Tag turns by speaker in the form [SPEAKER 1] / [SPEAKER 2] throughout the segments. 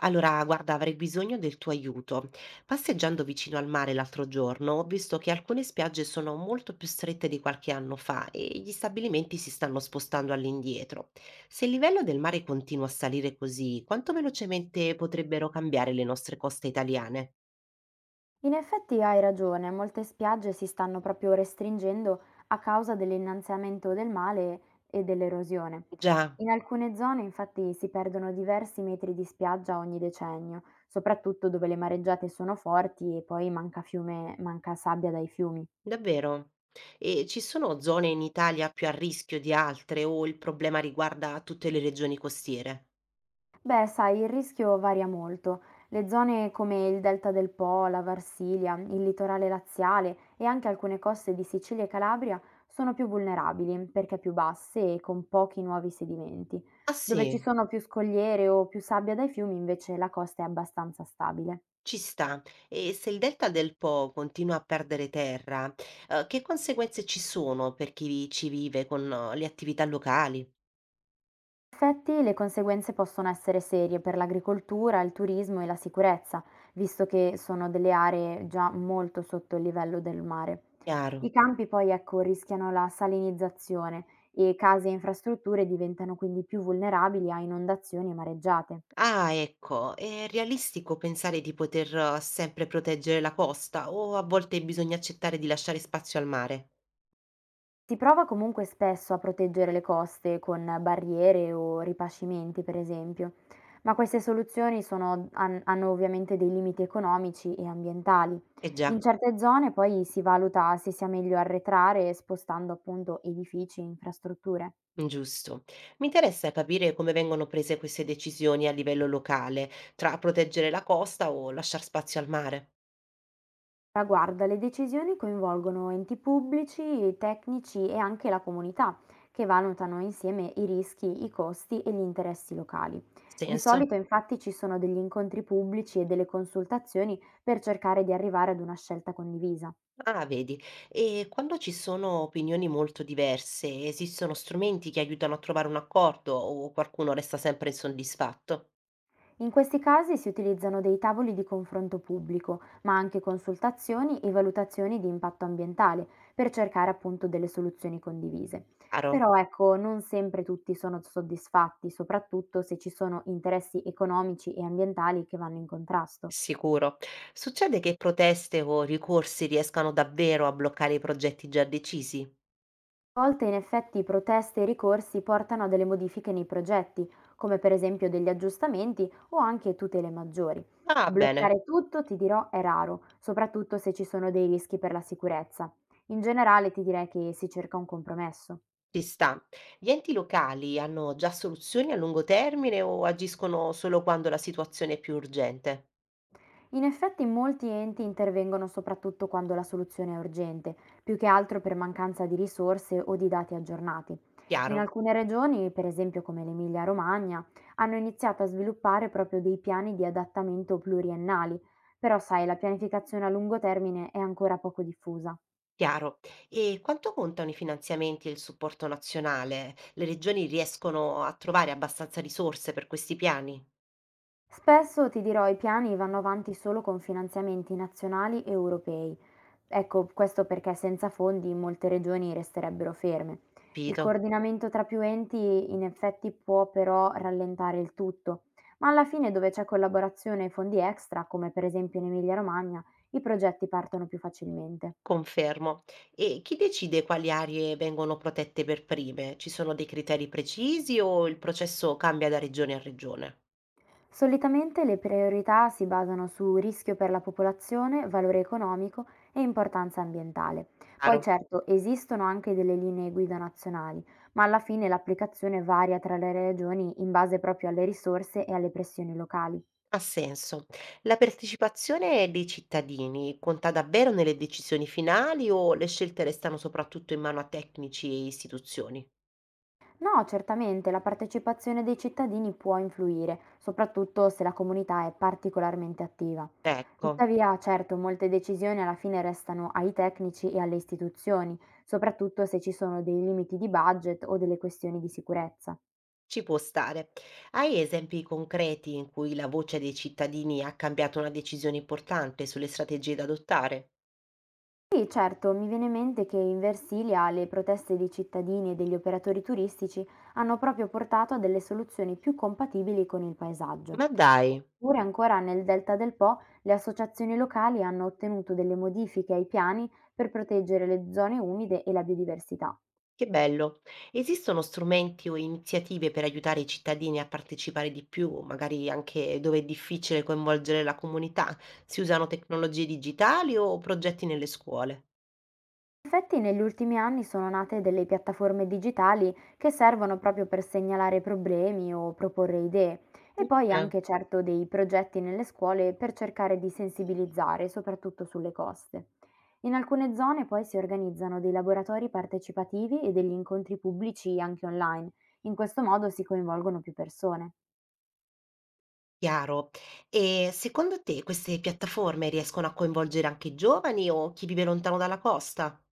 [SPEAKER 1] Allora, guarda, avrei bisogno del tuo aiuto. Passeggiando vicino al mare l'altro giorno, ho visto che alcune spiagge sono molto più strette di qualche anno fa e gli stabilimenti si stanno spostando all'indietro. Se il livello del mare continua a salire così, quanto velocemente potrebbero cambiare le nostre coste italiane?
[SPEAKER 2] In effetti hai ragione, molte spiagge si stanno proprio restringendo a causa dell'innalzamento del mare e dell'erosione.
[SPEAKER 1] Già,
[SPEAKER 2] In alcune zone infatti si perdono diversi metri di spiaggia ogni decennio, soprattutto dove le mareggiate sono forti e poi manca fiume, manca sabbia dai fiumi.
[SPEAKER 1] davvero. E ci sono zone in Italia più a rischio di altre o il problema riguarda tutte le regioni costiere?
[SPEAKER 2] Beh, sai, il rischio varia molto. Le zone come il delta del Po, la Varsilia, il litorale laziale e anche alcune coste di Sicilia e Calabria sono più vulnerabili perché più basse e con pochi nuovi sedimenti.
[SPEAKER 1] Ah
[SPEAKER 2] Dove ci
[SPEAKER 1] sì.
[SPEAKER 2] sono più scogliere o più sabbia dai fiumi, invece, la costa è abbastanza stabile.
[SPEAKER 1] Ci sta. E se il delta del Po continua a perdere terra, che conseguenze ci sono per chi vi ci vive con le attività locali?
[SPEAKER 2] In effetti le conseguenze possono essere serie per l'agricoltura, il turismo e la sicurezza, visto che sono delle aree già molto sotto il livello del mare.
[SPEAKER 1] Chiaro.
[SPEAKER 2] I campi poi, ecco, rischiano la salinizzazione e case e infrastrutture diventano quindi più vulnerabili a inondazioni e mareggiate.
[SPEAKER 1] Ah, ecco, è realistico pensare di poter sempre proteggere la costa o a volte bisogna accettare di lasciare spazio al mare?
[SPEAKER 2] Si prova comunque spesso a proteggere le coste con barriere o ripascimenti, per esempio, ma queste soluzioni hanno ovviamente dei limiti economici e ambientali.
[SPEAKER 1] Eh già,
[SPEAKER 2] In certe zone poi si valuta se sia meglio arretrare spostando appunto edifici e infrastrutture.
[SPEAKER 1] giusto. Mi interessa capire come vengono prese queste decisioni a livello locale, tra proteggere la costa o lasciar spazio al mare.
[SPEAKER 2] Ma guarda, le decisioni coinvolgono enti pubblici, tecnici e anche la comunità, che valutano insieme i rischi, i costi e gli interessi locali. Di
[SPEAKER 1] Senso?
[SPEAKER 2] solito infatti ci sono degli incontri pubblici e delle consultazioni per cercare di arrivare ad una scelta condivisa.
[SPEAKER 1] Ah, vedi. E quando ci sono opinioni molto diverse, esistono strumenti che aiutano a trovare un accordo o qualcuno resta sempre insoddisfatto?
[SPEAKER 2] In questi casi si utilizzano dei tavoli di confronto pubblico, ma anche consultazioni e valutazioni di impatto ambientale per cercare appunto delle soluzioni condivise.
[SPEAKER 1] Chiaro,
[SPEAKER 2] Però ecco, non sempre tutti sono soddisfatti, soprattutto se ci sono interessi economici e ambientali che vanno in contrasto.
[SPEAKER 1] sicuro. Succede che proteste o ricorsi riescano davvero a bloccare i progetti già decisi?
[SPEAKER 2] A volte in effetti proteste e ricorsi portano a delle modifiche nei progetti, come per esempio degli aggiustamenti o anche tutele maggiori.
[SPEAKER 1] Ah, bene,
[SPEAKER 2] Bloccare tutto, ti dirò, è raro, soprattutto se ci sono dei rischi per la sicurezza. In generale ti direi che si cerca un compromesso.
[SPEAKER 1] ci sta. Gli enti locali hanno già soluzioni a lungo termine o agiscono solo quando la situazione è più urgente?
[SPEAKER 2] In effetti molti enti intervengono soprattutto quando la soluzione è urgente, più che altro per mancanza di risorse o di dati aggiornati. In
[SPEAKER 1] Chiaro.
[SPEAKER 2] alcune regioni, per esempio come l'Emilia-Romagna, hanno iniziato a sviluppare proprio dei piani di adattamento pluriennali, però sai, la pianificazione a lungo termine è ancora poco diffusa.
[SPEAKER 1] Chiaro. E quanto contano i finanziamenti e il supporto nazionale? Le regioni riescono a trovare abbastanza risorse per questi piani?
[SPEAKER 2] Spesso, ti dirò, i piani vanno avanti solo con finanziamenti nazionali e europei. Ecco, questo perché senza fondi molte regioni resterebbero ferme. Il
[SPEAKER 1] Capito,
[SPEAKER 2] coordinamento tra più enti in effetti può però rallentare il tutto, ma alla fine dove c'è collaborazione e fondi extra, come per esempio in Emilia Romagna, i progetti partono più facilmente.
[SPEAKER 1] confermo. E chi decide quali aree vengono protette per prime? Ci sono dei criteri precisi o il processo cambia da regione a regione?
[SPEAKER 2] Solitamente le priorità si basano su rischio per la popolazione, valore economico e importanza ambientale. Poi
[SPEAKER 1] Chiaro,
[SPEAKER 2] certo esistono anche delle linee guida nazionali, ma alla fine l'applicazione varia tra le regioni in base proprio alle risorse e alle pressioni locali.
[SPEAKER 1] ha senso. La partecipazione dei cittadini conta davvero nelle decisioni finali o le scelte restano soprattutto in mano a tecnici e istituzioni?
[SPEAKER 2] No, certamente la partecipazione dei cittadini può influire, soprattutto se la comunità è particolarmente attiva.
[SPEAKER 1] Ecco.
[SPEAKER 2] Tuttavia, certo, molte decisioni alla fine restano ai tecnici e alle istituzioni, soprattutto se ci sono dei limiti di budget o delle questioni di sicurezza.
[SPEAKER 1] Ci può stare. Hai esempi concreti in cui la voce dei cittadini ha cambiato una decisione importante sulle strategie da adottare?
[SPEAKER 2] Sì, certo, mi viene in mente che in Versilia le proteste dei cittadini e degli operatori turistici hanno proprio portato a delle soluzioni più compatibili con il paesaggio.
[SPEAKER 1] Ma dai,
[SPEAKER 2] Oppure ancora nel Delta del Po le associazioni locali hanno ottenuto delle modifiche ai piani per proteggere le zone umide e la biodiversità.
[SPEAKER 1] che bello! Esistono strumenti o iniziative per aiutare i cittadini a partecipare di più, magari anche dove è difficile coinvolgere la comunità? Si usano tecnologie digitali o progetti nelle scuole?
[SPEAKER 2] In effetti negli ultimi anni sono nate delle piattaforme digitali che servono proprio per segnalare problemi o proporre idee e poi
[SPEAKER 1] Bene,
[SPEAKER 2] anche certo dei progetti nelle scuole per cercare di sensibilizzare, soprattutto sulle coste. In alcune zone poi si organizzano dei laboratori partecipativi e degli incontri pubblici anche online. In questo modo si coinvolgono più persone.
[SPEAKER 1] chiaro. E secondo te queste piattaforme riescono a coinvolgere anche i giovani o chi vive lontano dalla costa?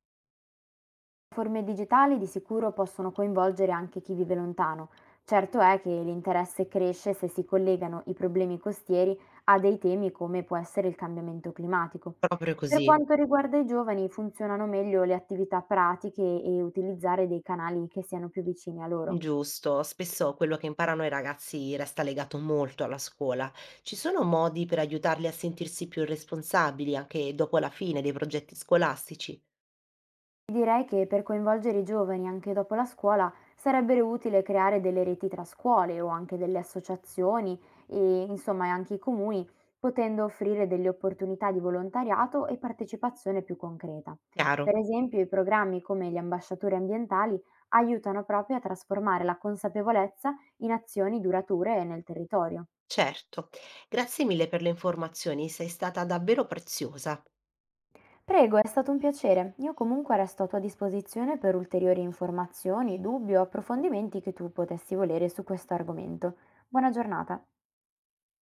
[SPEAKER 2] Forme digitali di sicuro possono coinvolgere anche chi vive lontano. Certo è che l'interesse cresce se si collegano i problemi costieri a dei temi come può essere il cambiamento climatico.
[SPEAKER 1] Proprio
[SPEAKER 2] Per
[SPEAKER 1] così.
[SPEAKER 2] quanto riguarda i giovani, funzionano meglio le attività pratiche e utilizzare dei canali che siano più vicini a loro.
[SPEAKER 1] Giusto, spesso quello che imparano i ragazzi resta legato molto alla scuola. Ci sono modi per aiutarli a sentirsi più responsabili anche dopo la fine dei progetti scolastici?
[SPEAKER 2] Direi che per coinvolgere i giovani anche dopo la scuola sarebbe utile creare delle reti tra scuole o anche delle associazioni e insomma anche i comuni, potendo offrire delle opportunità di volontariato e partecipazione più concreta. Per
[SPEAKER 1] Chiaro.
[SPEAKER 2] esempio, i programmi come gli ambasciatori ambientali aiutano proprio a trasformare la consapevolezza in azioni durature nel territorio.
[SPEAKER 1] Certo. Grazie mille per le informazioni, sei stata davvero preziosa.
[SPEAKER 2] Prego, è stato un piacere. Io comunque resto a tua disposizione per ulteriori informazioni, dubbi o approfondimenti che tu potessi volere su questo argomento. Buona giornata.